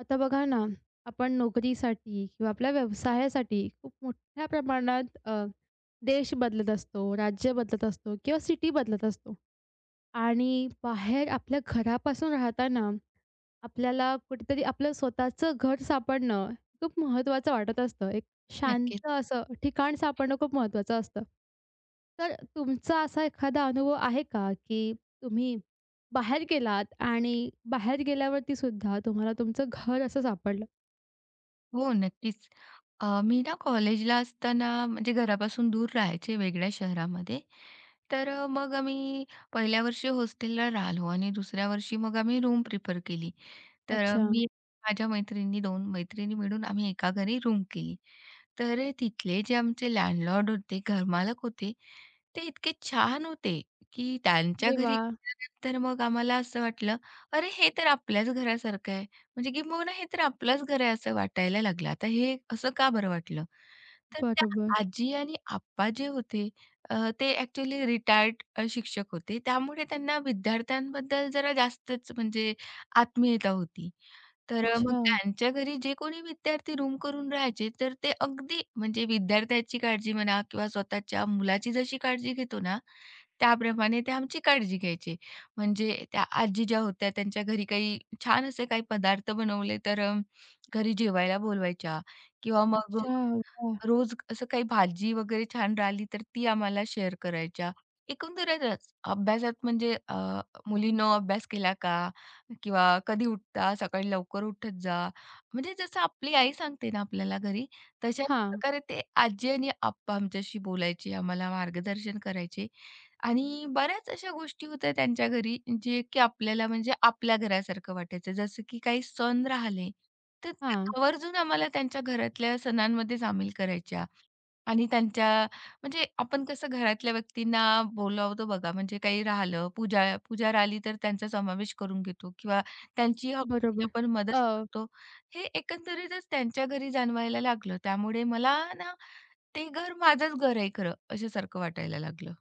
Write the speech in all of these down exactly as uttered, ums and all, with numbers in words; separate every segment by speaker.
Speaker 1: आता बघा ना, आपण नोकरीसाठी किंवा आपल्या व्यवसायासाठी खूप मोठ्या प्रमाणात अ, देश बदलत असतो, राज्य बदलत असतो किंवा सिटी बदलत असतो आणि बाहेर आपल्या घरापासून राहताना आपल्याला कुठेतरी आपलं स्वतःचं घर सापडणं खूप महत्त्वाचं वाटत असतं. एक
Speaker 2: नक्कीच.
Speaker 1: शांत असं ठिकाण सापडणं खूप महत्त्वाचं असतं. तर तुमचा असा एखादा अनुभव आहे का, की तुम्ही बाहेर गेलात आणि बाहेर गेल्यावरती सुद्धा तुम्हाला तुमचं घर असं सापडलं?
Speaker 2: हो, नक्कीच. अ, मी ना कॉलेजला असताना म्हणजे घरापासून दूर राहायचे वेगळ्या शहरामध्ये. तर अ, मग आम्ही पहिल्या वर्षी हॉस्टेलला राहिलो आणि दुसऱ्या वर्षी मग आम्ही रूम प्रिफर केली. तर अ,
Speaker 1: अच्छा.
Speaker 2: मी माझ्या मैत्रिणी दोन मैत्रिणी मिळून आम्ही एका घरी रूम केली. तर अ, तिथले जे आमचे लँडलॉर्ड होते, घरमालक होते, ते इतके छान होते, की त्यांच्या
Speaker 1: अरे
Speaker 2: घरी
Speaker 1: वाह!
Speaker 2: गेल्यानंतर मग आम्हाला असं वाटलं, "अरे, हे तर आपल्याच घरासारखं आहे." म्हणजे किंबहुना हे तर आपलंच घर आहे असं वाटायला लागलं. आता हे असं का बरं वाटलं? तर त्या
Speaker 1: बरोबर.
Speaker 2: आजी आणि आप्पा जे होते अ, ते ॲक्चुअली रिटायर्ड अ, शिक्षक होते. त्यामुळे त्यांना विद्यार्थ्यांबद्दल जरा जास्तच म्हणजे आत्मीयता होती. तर अ, मग
Speaker 1: अच्छा,
Speaker 2: त्यांच्या घरी जे कोणी विद्यार्थी रूम करून राहायचे, तर ते अगदी म्हणजे विद्यार्थ्याची काळजी म्हणा किंवा स्वतःच्या मुलाची जशी काळजी घेतो ना, त्याप्रमाणे ते आमची काळजी घ्यायचे. म्हणजे त्या आजी ज्या होत्या, त्यांच्या घरी काही छान असे काही पदार्थ बनवले, तर अ, घरी जेवायला बोलवायच्या किंवा मग
Speaker 1: अच्छा.
Speaker 2: रोज असं काही भाजी वगैरे छान राहिली, तर ती आम्हाला शेअर करायच्या. एकंदरीतच अभ्यासात म्हणजे अ, मुलीनं अभ्यास केला का? किंवा कधी उठता? सकाळी लवकर उठत जा. म्हणजे जसं आपली आई सांगते ना आपल्याला घरी, तशा
Speaker 1: हां,
Speaker 2: प्रकारे ते आजी आणि आप्पा आमच्याशी बोलायचे, आम्हाला मार्गदर्शन करायचे आणि बऱ्याच अशा गोष्टी होत्या त्यांच्या घरी, जे की आपल्याला म्हणजे आपल्या घरासारखं वाटायचं. जसं की काही सण राहिले तर
Speaker 1: हां.
Speaker 2: त्या आवर्जून आम्हाला त्यांच्या घरातल्या सणांमध्ये सामील करायच्या. आणि त्यांच्या म्हणजे आपण कसं घरातल्या व्यक्तींना बोलावतो बघा, म्हणजे काही राहिलं, पूजा पुजार आली तर त्यांचा समावेश करून घेतो किंवा त्यांची हक्काने
Speaker 1: बरोबर.
Speaker 2: आपण मदत
Speaker 1: अ,
Speaker 2: करतो. हे एकंदरीतच त्यांच्या घरी जाणवायला लागलं. त्यामुळे मला ना ते घर माझंच घर आहे खरं, अशासारखं वाटायला लागलं.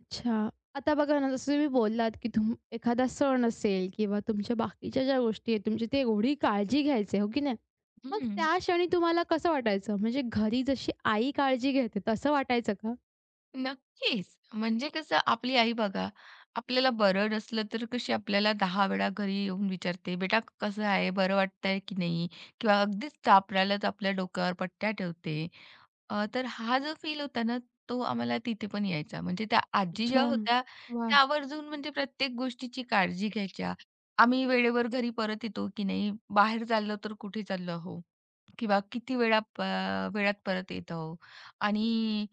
Speaker 1: अच्छा. आता बघा ना, जसं तुम्ही बोललात, की तुम एखादा सण असेल किंवा तुमच्या बाकीच्या ज्या गोष्टी आहेत, तुमची ते एवढी काळजी घ्यायचे, हो की नाही? मग
Speaker 2: हं.
Speaker 1: त्या क्षणी तुम्हाला कसं वाटायचं? म्हणजे घरी जशी आई काळजी घेते, तसं वाटायचं का?
Speaker 2: नक्कीच. म्हणजे कसं आपली आई बघा, आपल्याला बरं नसलं तर कशी आपल्याला दहा वेळा घरी येऊन विचारते, "बेटा कसं आहे? बरं वाटतंय की नाही?" किंवा अगदीच तापल्यालाच आपल्या डोक्यावर पट्ट्या ठेवते. अ, तर हा जो फील होता ना, तो आम्हाला तिथे पण यायचा. म्हणजे त्या आजी
Speaker 1: अच्छा.
Speaker 2: ज्या होत्या,
Speaker 1: वाह!
Speaker 2: त्या आवर्जून म्हणजे प्रत्येक गोष्टीची काळजी घ्यायच्या. आम्ही वेळेवर घरी परत येतो की नाही? बाहेर चाललो तर कुठे चाललो आहो? किंवा किती वेळा प वेळात परत येतो. आणि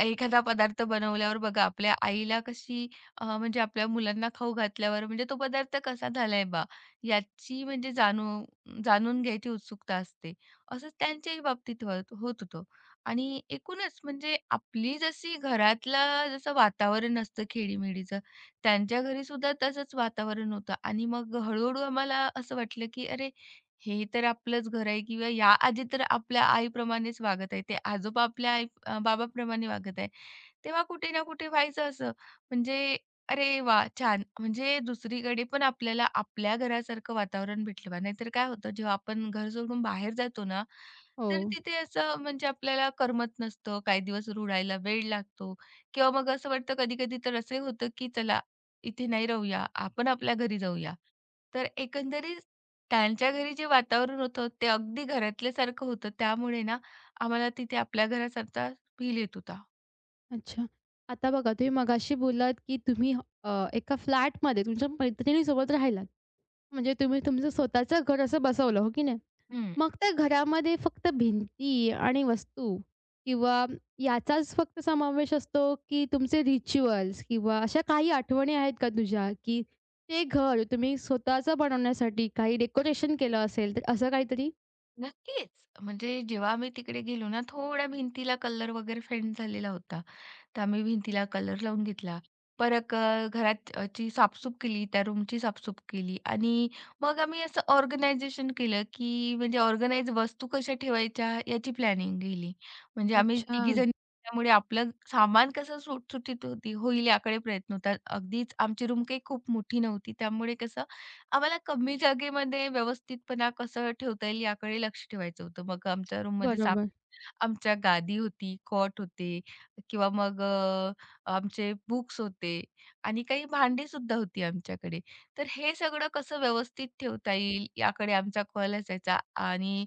Speaker 2: एखादा पदार्थ बनवल्यावर बघा आपल्या आईला कशी अ, म्हणजे आपल्या मुलांना खाऊ घातल्यावर म्हणजे तो पदार्थ कसा झालाय बा याची म्हणजे जाणू जाणून घ्यायची उत्सुकता असते. असंच त्यांच्याही बाबतीत होत होत होतं. आणि एकूणच म्हणजे आपली जशी घरातलं जसं वातावरण असतं खेडीमेडीचं त्यांच्या घरी सुद्धा तसंच वातावरण होतं आणि मग हळू आम्हाला असं वाटलं, की अरे, हे तर आपलंच घर आहे किंवा या आजी तर आपल्या आईप्रमाणेच वागत आहे. ते आजोबा आपल्या आई अ, बाबाप्रमाणे वागत आहे. तेव्हा कुठे ना कुठे व्हायचं असं, म्हणजे अरे वाह! छान. म्हणजे दुसरीकडे पण आपल्याला आपल्या घरासारखं वातावरण भेटलं बा. नाहीतर काय होतं जेव्हा आपण घर सोडून बाहेर जातो ना,
Speaker 1: हो.
Speaker 2: तर तिथे असं म्हणजे आपल्याला करमत नसतं. काही दिवस रुळायला वेळ लागतो किंवा मग असं वाटतं कधी-कधी तर असंही होतं, की चला इथे नाही राहूया, आपण आपल्या घरी जाऊया. तर एकंदरीत त्यांच्या घरी जे वातावरण होतं ते अगदी घरातल्यासारखं होतं. त्यामुळे ना आम्हाला तिथे आपल्या घरासारखा फील येत होता.
Speaker 1: अच्छा. आता बघा, तुम्ही मगाशी बोललात, की तुम्ही अ, एका फ्लॅटमध्ये तुमच्या मैत्रिणीसोबत राहिलात. म्हणजे तुम्ही तुमचं स्वतःचं घर असं बसवलं, हो की नाही?
Speaker 2: हं.
Speaker 1: मग त्या घरामध्ये फक्त भिंती आणि वस्तू किंवा याचाच फक्त समावेश असतो, की तुमचे रिच्युअल्स किंवा अशा काही आठवणी आहेत का तुझ्या, की ते घर तुम्ही स्वतःचं बनवण्यासाठी काही डेकोरेशन केलं असेल, तर असं काहीतरी?
Speaker 2: नक्कीच. म्हणजे जेव्हा आम्ही तिकडे गेलो ना, थोड्या भिंतीला कलर वगैरे फेंट झालेला होता. तर आम्ही भिंतीला कलर लावून घेतला. परत अ, घरात अ, ची साफसूफ केली, त्या रूमची साफसूफ केली आणि मग आम्ही असं ऑर्गनायझेशन केलं, की म्हणजे ऑर्गनाइज वस्तू कशा ठेवायच्या याची प्लॅनिंग केली. म्हणजे आम्ही
Speaker 1: अच्छा.
Speaker 2: तिघी जणी त्यामुळे आपलं सामान कसं सुटसुटीत होती होईल याकडे प्रयत्न होता. अगदीच आमची रूम काही खूप मोठी नव्हती. त्यामुळे कसं आम्हाला कमी जागेमध्ये व्यवस्थितपणा कसं ठेवता येईल याकडे लक्ष ठेवायचं होतं. मग आमच्या रूममध्ये
Speaker 1: बरोबर,
Speaker 2: आमच्या गादी होती, कॉट होते किंवा मग अ, आमचे बुक्स होते आणि काही भांडी सुद्धा होती आमच्याकडे. तर हे सगळं कसं व्यवस्थित ठेवता येईल याकडे आमचा कल असायचा आणि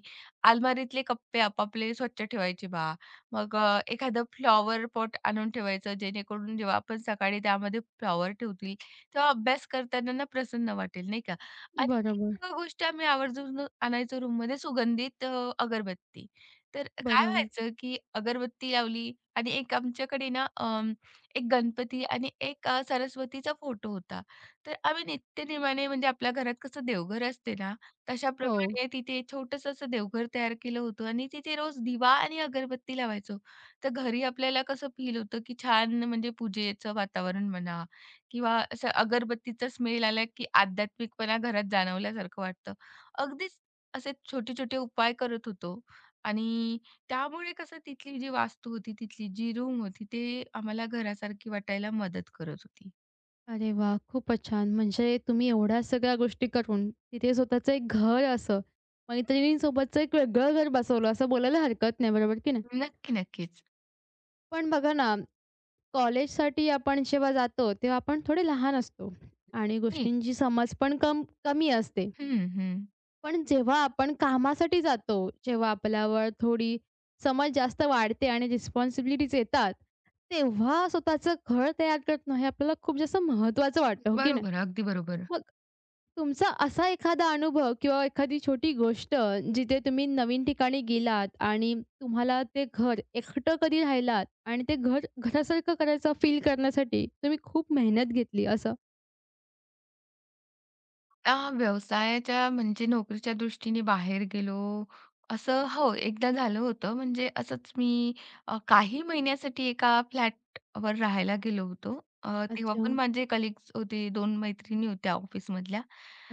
Speaker 2: अलमारीतले कप्पे आपापले स्वच्छ ठेवायचे बा. मग अ, एखादं फ्लॉवर पॉट आणून ठेवायचं जेणेकरून जेव्हा आपण सकाळी त्यामध्ये फ्लॉवर ठेवतील, तेव्हा अभ्यास करताना ना प्रसन्न वाटेल नाही का? आणि एक
Speaker 1: बरोबर,
Speaker 2: गोष्ट आम्ही आवर्जून आणायचो रूममध्ये सुगंधित अ, अगरबत्ती. तर काय
Speaker 1: बरोबर.
Speaker 2: व्हायचं, की अगरबत्ती लावली आणि एक आमच्याकडे ना अं, एक गणपती आणि एक अ, सरस्वतीचा फोटो होता. तर आम्ही नित्यनेमाने म्हणजे आपल्या घरात कसं देवघर असते ना,
Speaker 1: हो.
Speaker 2: तशाप्रमाणे तिथे छोटंसं असं देवघर तयार केलं होतं आणि तिथे रोज दिवा आणि अगरबत्ती लावायचो. तर घरी आपल्याला कसं फील होतं, की छान म्हणजे पूजेचं वातावरण म्हणा किंवा असं अगरबत्तीचा स्मेल आला, की आध्यात्मिकपणा घरात जाणवल्यासारखं वाटतं. अगदीच असे छोटे-छोटे उपाय करत होतो. आणि त्यामुळे कसं तिथली जी वास्तू होती, तिथली जी रूम होती, ते आम्हाला घरासारखी वाटायला मदत करत होती.
Speaker 1: अरे वा खूपच छान. म्हणजे तुम्ही एवढ्या सगळ्या गोष्टी करून तिथे स्वतःचं एक घर असं, मैत्रिणींसोबतचं एक वेगळं घर बसवलं असं बोलायला हरकत नाही, बरोबर की नाही?
Speaker 2: नक्की, नक्कीच.
Speaker 1: पण बघा ना, कॉलेजसाठी आपण जेव्हा जातो तेव्हा आपण थोडे लहान असतो आणि
Speaker 2: हं,
Speaker 1: गोष्टींची समज पण कम कमी असते.
Speaker 2: हं, हं.
Speaker 1: पण जेव्हा आपण कामासाठी जातो, जेव्हा आपल्यावर थोडी समज जास्त वाढते आणि रिस्पॉन्सिबिलिटीज येतात, तेव्हा स्वतःचं घर तयार करणं हे आपल्याला खूप जास्त महत्त्वाचं वाटतं, हो की नाही?
Speaker 2: बरोबर, अगदी बरोबर.
Speaker 1: मग तुमचा असा एखादा अनुभव किंवा एखादी छोटी गोष्ट जिथे तुम्ही नवीन ठिकाणी गेलात आणि तुम्हाला ते घर एकटं कधी राहिलात आणि ते घर घरासारखं करायचं फील करण्यासाठी तुम्ही खूप मेहनत घेतली असं?
Speaker 2: अ, व्यवसायाच्या म्हणजे नोकरीच्या दृष्टीने बाहेर गेलो, असं हो, एकदा झालं होतं. म्हणजे असंच मी अ, काही महिन्यासाठी एका फ्लॅटवर राहायला गेलो होतो. अ, तेव्हा
Speaker 1: अच्छा,
Speaker 2: पण माझे कलीग्स होते, दोन मैत्रिणी होत्या ऑफिसमधल्या.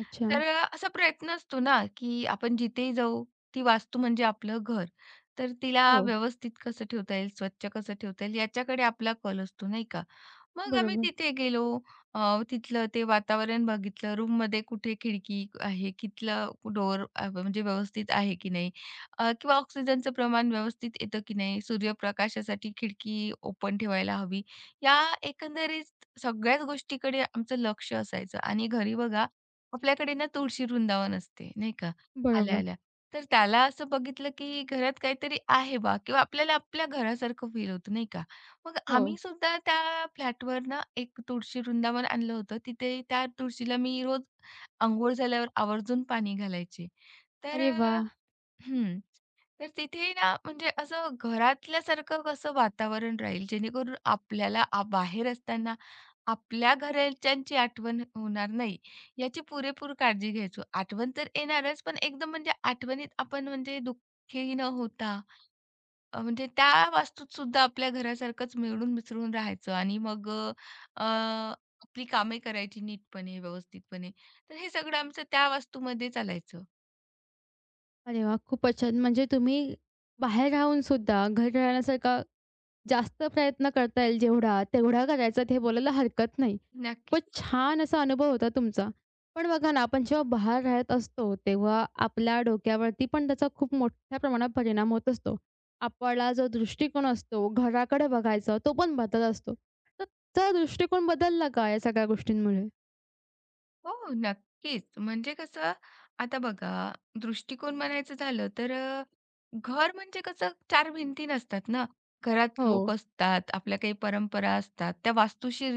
Speaker 1: अच्छा.
Speaker 2: तर असा प्रयत्न असतो ना, की आपण जिथेही जाऊ, ती वास्तू म्हणजे आपलं घर. तर तिला
Speaker 1: हो,
Speaker 2: व्यवस्थित कसं ठेवता येईल, स्वच्छ कसं ठेवता येईल, याच्याकडे आपला कल असतो, नाही का? मग आम्ही
Speaker 1: बरोबर,
Speaker 2: तिथे गेलो. अ, तिथलं ते वातावरण बघितलं. रूममध्ये कुठे खिडकी आहे, तिथलं डोअर अ, म्हणजे व्यवस्थित आहे की नाही अ, किंवा ऑक्सिजनचं प्रमाण व्यवस्थित येतं की नाही, सूर्यप्रकाशासाठी खिडकी ओपन ठेवायला हवी. या एकंदरीत सगळ्याच गोष्टीकडे आमचं लक्ष असायचं आणि घरी बघा आपल्याकडे ना तुळशी वृंदावन असते, नाही का,
Speaker 1: बरोबर.
Speaker 2: आल्या-आल्या. तर त्याला असं बघितलं की घरात काहीतरी आहे बा किंवा आपल्याला आपल्या घरासारखं फील होतं, नाही का? मग
Speaker 1: हो.
Speaker 2: आम्ही सुद्धा त्या फ्लॅटवर ना एक तुळशी वृंदावन आणलं होतं. तिथे त्या तुळशीला मी रोज अंघोळ झाल्यावर आवर्जून पाणी घालायचे. तर
Speaker 1: अरे
Speaker 2: अ,
Speaker 1: वाह!
Speaker 2: हं. तर तिथे ना म्हणजे असं घरातल्यासारखं कसं वातावरण राहील जेणेकरून आपल्याला आ बाहेर असताना आपल्या घरच्यांची आठवण होणार नाही, याची पुरेपूर काळजी घ्यायचो. आठवण तर येणारच, पण एकदम म्हणजे आठवणीत आपण म्हणजे दुःखी न होता अ, म्हणजे त्या वास्तूत सुद्धा आपल्या घरासारखंच मिळून मिसळून राहायचं आणि मग अ, अ, आपली कामे करायची नीटपणे, व्यवस्थितपणे. तर हे सगळं आमचं त्या वास्तूमध्ये चालायचं.
Speaker 1: अरे वाह! खूपच छान. म्हणजे तुम्ही बाहेर राहून सुद्धा घर राहण्यासारखा जास्त प्रयत्न करता येईल जेवढा, तेवढा करायचा ते बोलायला हरकत नाही.
Speaker 2: नक्कीच.
Speaker 1: खूपच छान असा अनुभव होता तुमचा. पण बघा ना, आपण जेव्हा बाहेर राहत असतो, तेव्हा आपल्या डोक्यावरती पण त्याचा खूप मोठ्या प्रमाणात परिणाम होत असतो. आपला जो दृष्टिकोन असतो, घराकडे बघायचा, तो पण बदलत असतो. तर तुमचा दृष्टिकोन बदलला का या सगळ्या गोष्टींमुळे?
Speaker 2: हो, नक्कीच. म्हणजे कसं आता बघा, दृष्टिकोन म्हणायचं झालं तर अ, घर म्हणजे कसं चार भिंती नसतात ना. घरात
Speaker 1: हो.
Speaker 2: लोक असतात, आपल्या काही परंपरा असतात, त्या वास्तूशी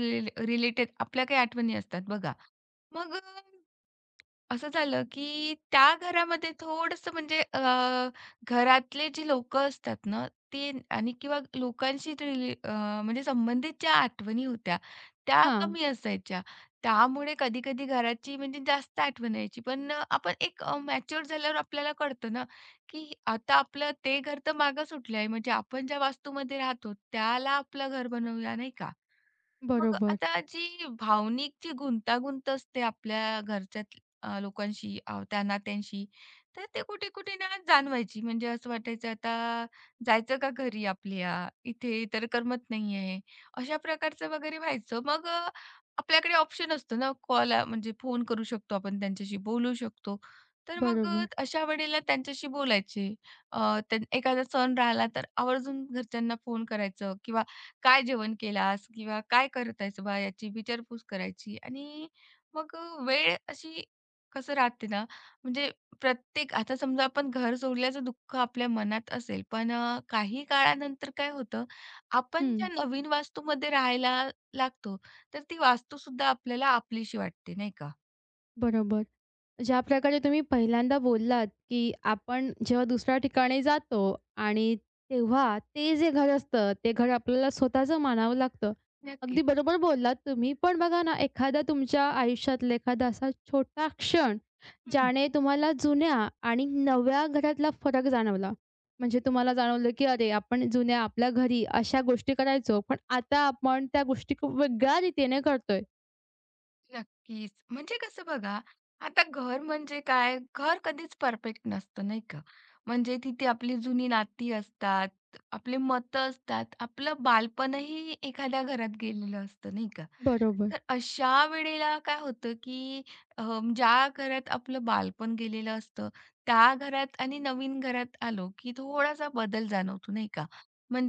Speaker 2: रिलेटेड आपल्या काही आठवणी असतात बघा. मग असं झालं, की त्या घरामध्ये थोडंसं म्हणजे अ, घरातले जी लोकं असतात ना, ते आणि किंवा लोकांशी रिले अ, म्हणजे संबंधित ज्या आठवणी होत्या, त्या
Speaker 1: हां.
Speaker 2: कमी असायच्या. त्यामुळे कधी-कधी घराची म्हणजे जास्त आठवण यायची. पण अ, आपण एक अ, मॅच्युअर झाल्यावर आपल्याला कळतं ना, की आता आपलं ते घर तर मागं सुटलं आहे. म्हणजे आपण ज्या वास्तूमध्ये राहतो त्याला आपलं घर बनवूया, नाही का? मग
Speaker 1: बरोबर,
Speaker 2: आता जी भावनिक जी गुंतागुंत असते आपल्या घरच्या अ, लोकांशी, अ, त्या नात्यांशी, तर ते कुठे-कुठे ना जाणवायची. म्हणजे असं वाटायचं आता जायचं का घरी आपल्या? इथे तर करमत नाहीये. अशा प्रकारचं वगैरे व्हायचं. मग अ, आपल्याकडे ऑप्शन असतो ना कॉल म्हणजे फोन करू शकतो आपण त्यांच्याशी बोलू शकतो. तर मग अ,
Speaker 1: बरोबर.
Speaker 2: अशा वेळेला त्यांच्याशी बोलायचे. अ, त्यां एखादा सण राहिला तर आवर्जून घरच्यांना फोन करायचं किंवा काय जेवण केलास? किंवा काय करत आहेस बा? याची विचारपूस करायची आणि मग अ, वेळ अशी कसं राहते ना, म्हणजे प्रत्येक आता समजा आपण घर सोडल्याचं दुःख आपल्या मनात असेल, पण अ, काही काळानंतर काय होतं, आपण
Speaker 1: हं.
Speaker 2: ज्या नवीन वास्तूमध्ये राहायला लागतो, तर ती वास्तूसुद्धा आपल्याला आपलीशी वाटते, नाही का?
Speaker 1: बरोबर. ज्या प्रकारे तुम्ही पहिल्यांदा बोललात, की आपण जेव्हा दुसऱ्या ठिकाणी जातो आणि तेव्हा ते जे घर असतं, ते घर आपल्याला स्वतःचं मानावं लागतं. अगदी
Speaker 2: नक्कीच.
Speaker 1: बरोबर बोललात तुम्ही. पण बघा ना, एखादा तुमच्या आयुष्यातला एखादा असा छोटा क्षण, ज्याने तुम्हाला जुन्या आणि नव्या घरातला फरक जाणवला. म्हणजे तुम्हाला जाणवलं, की अरे, आपण जुन्या आपल्या घरी अशा गोष्टी करायचो, पण आता आपण त्या गोष्टी खूप वेगळ्या रीतीने करतोय.
Speaker 2: नक्कीच. म्हणजे कसं बघा, आता घर म्हणजे काय? घर कधीच परफेक्ट नसतं, नाही का? म्हणजे तिथे आपली जुनी नाती असतात, आपले मतं असतात, आपलं बालपणही एखाद्या घरात गेलेलं असतं, नाही का?
Speaker 1: बरोबर.
Speaker 2: तर अशा वेळेला काय होतं, की अ, ज्या घरात आपलं बालपण गेलेलं असतं, त्या घरात आणि नवीन घरात आलो, की थोडासा बदल जाणवतो, नाही का?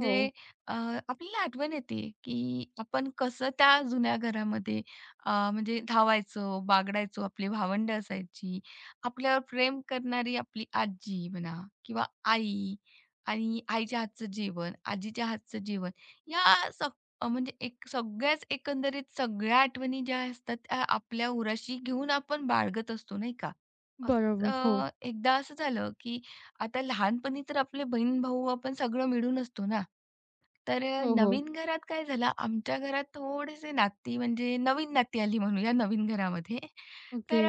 Speaker 1: हो.
Speaker 2: अ, आपल्याला आठवण येते, की आपण कसं त्या जुन्या घरामध्ये अ, म्हणजे धावायचो, बागडायचो, आपली भावंडं असायची, आपल्यावर प्रेम करणारी आपली आजी म्हणा किंवा आई आणि आईच्या हातचं जेवण, आजीच्या हातचं जेवण, या अ, म्हणजे एक सगळ्याच एकंदरीत सगळ्या आठवणी ज्या असतात त्या आपल्या उराशी घेऊन आपण बाळगत असतो नाही का? असंच
Speaker 1: बरोबर. हो.
Speaker 2: अ, एकदा असं झालं, की आता लहानपणी तर आपले बहीण-भाऊ आपण सगळं मिळून असतो ना, तर अ,
Speaker 1: हो, हो.
Speaker 2: नवीन घरात काय झालं आमच्या घरात थोडेसे नाती म्हणजे नवीन नाती आली म्हणूया नवीन घरामध्ये.
Speaker 1: ओके.
Speaker 2: तर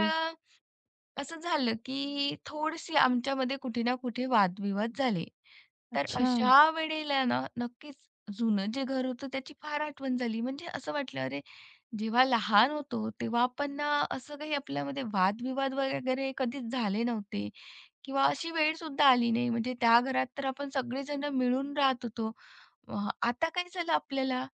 Speaker 2: असं झालं, की थोडीशी आमच्यामध्ये कुठे ना कुठे वादविवाद झाले. तर
Speaker 1: अच्छा.
Speaker 2: अशा वेळेला ना, नक्कीच जुनं जे घर होतं त्याची फार आठवण झाली. म्हणजे असं वाटलं, अरे जेव्हा लहान होतो तेव्हा आपण ना, असं काही आपल्यामध्ये वादविवाद वगैरे कधीच झाले नव्हते किंवा अशी वेळसुद्धा आली नाही. म्हणजे त्या घरात तर आपण सगळेजण मिळून राहत होतो. अ, आता काय झालं आपल्याला?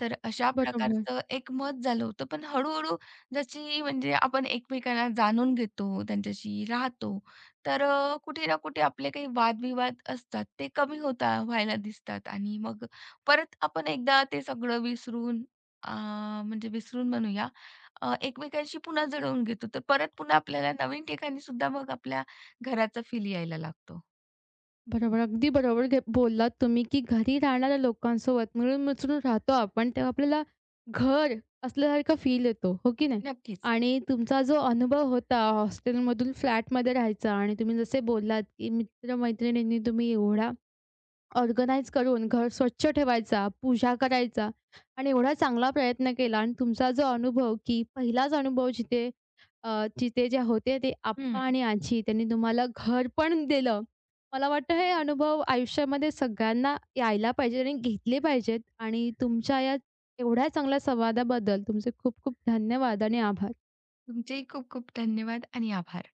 Speaker 2: तर अशा
Speaker 1: बरोबर,
Speaker 2: प्रकारचं एक मत झालं होतं. पण हळू-हळू जशी म्हणजे आपण एकमेकांना जाणून घेतो, त्यांच्याशी राहतो, तर अ, कुठे ना कुठे आपले काही वादविवाद असतात, ते कमी होता व्हायला दिसतात आणि मग परत आपण एकदा ते सगळं विसरून अ, म्हणजे विसरून म्हणूया, अ, एकमेकांशी पुन्हा जुळवून घेतो. तर परत पुन्हा आपल्याला नवीन ठिकाणी सुद्धा मग आपल्या घराचा फील यायला लागतो.
Speaker 1: बरोबर. अगदी बरोबर घे बोललात तुम्ही, की घरी राहणाऱ्या लोकांसोबत मिळून-मिसळून राहतो आपण, तेव्हा आपल्याला घर असल्यासारखा फील येतो, हो की नाही?
Speaker 2: नक्कीच.
Speaker 1: आणि तुमचा जो अनुभव होता हॉस्टेलमधून फ्लॅटमध्ये राहायचा आणि तुम्ही जसे बोललात, की मित्र-मैत्रिणींनी तुम्ही एवढा ऑर्गनाइज करून घर स्वच्छ ठेवायचा, पूजा करायचा आणि एवढा चांगला प्रयत्न केला आणि तुमचा जो अनुभव, की पहिलाच अनुभव जिथे अ, जिथे जे होते ते आप्पा
Speaker 2: हं.
Speaker 1: आणि आजी त्यांनी तुम्हाला घर पण दिलं. मला वाटतं हे अनुभव आयुष्यामध्ये सगळ्यांना यायला पाहिजे आणि घेतले पाहिजेत आणि तुमच्या या एवढ्या चांगल्या संवादाबद्दल तुमचे खूप खूप धन्यवाद आणि आभार.
Speaker 2: तुमचेही खूप खूप धन्यवाद आणि आभार.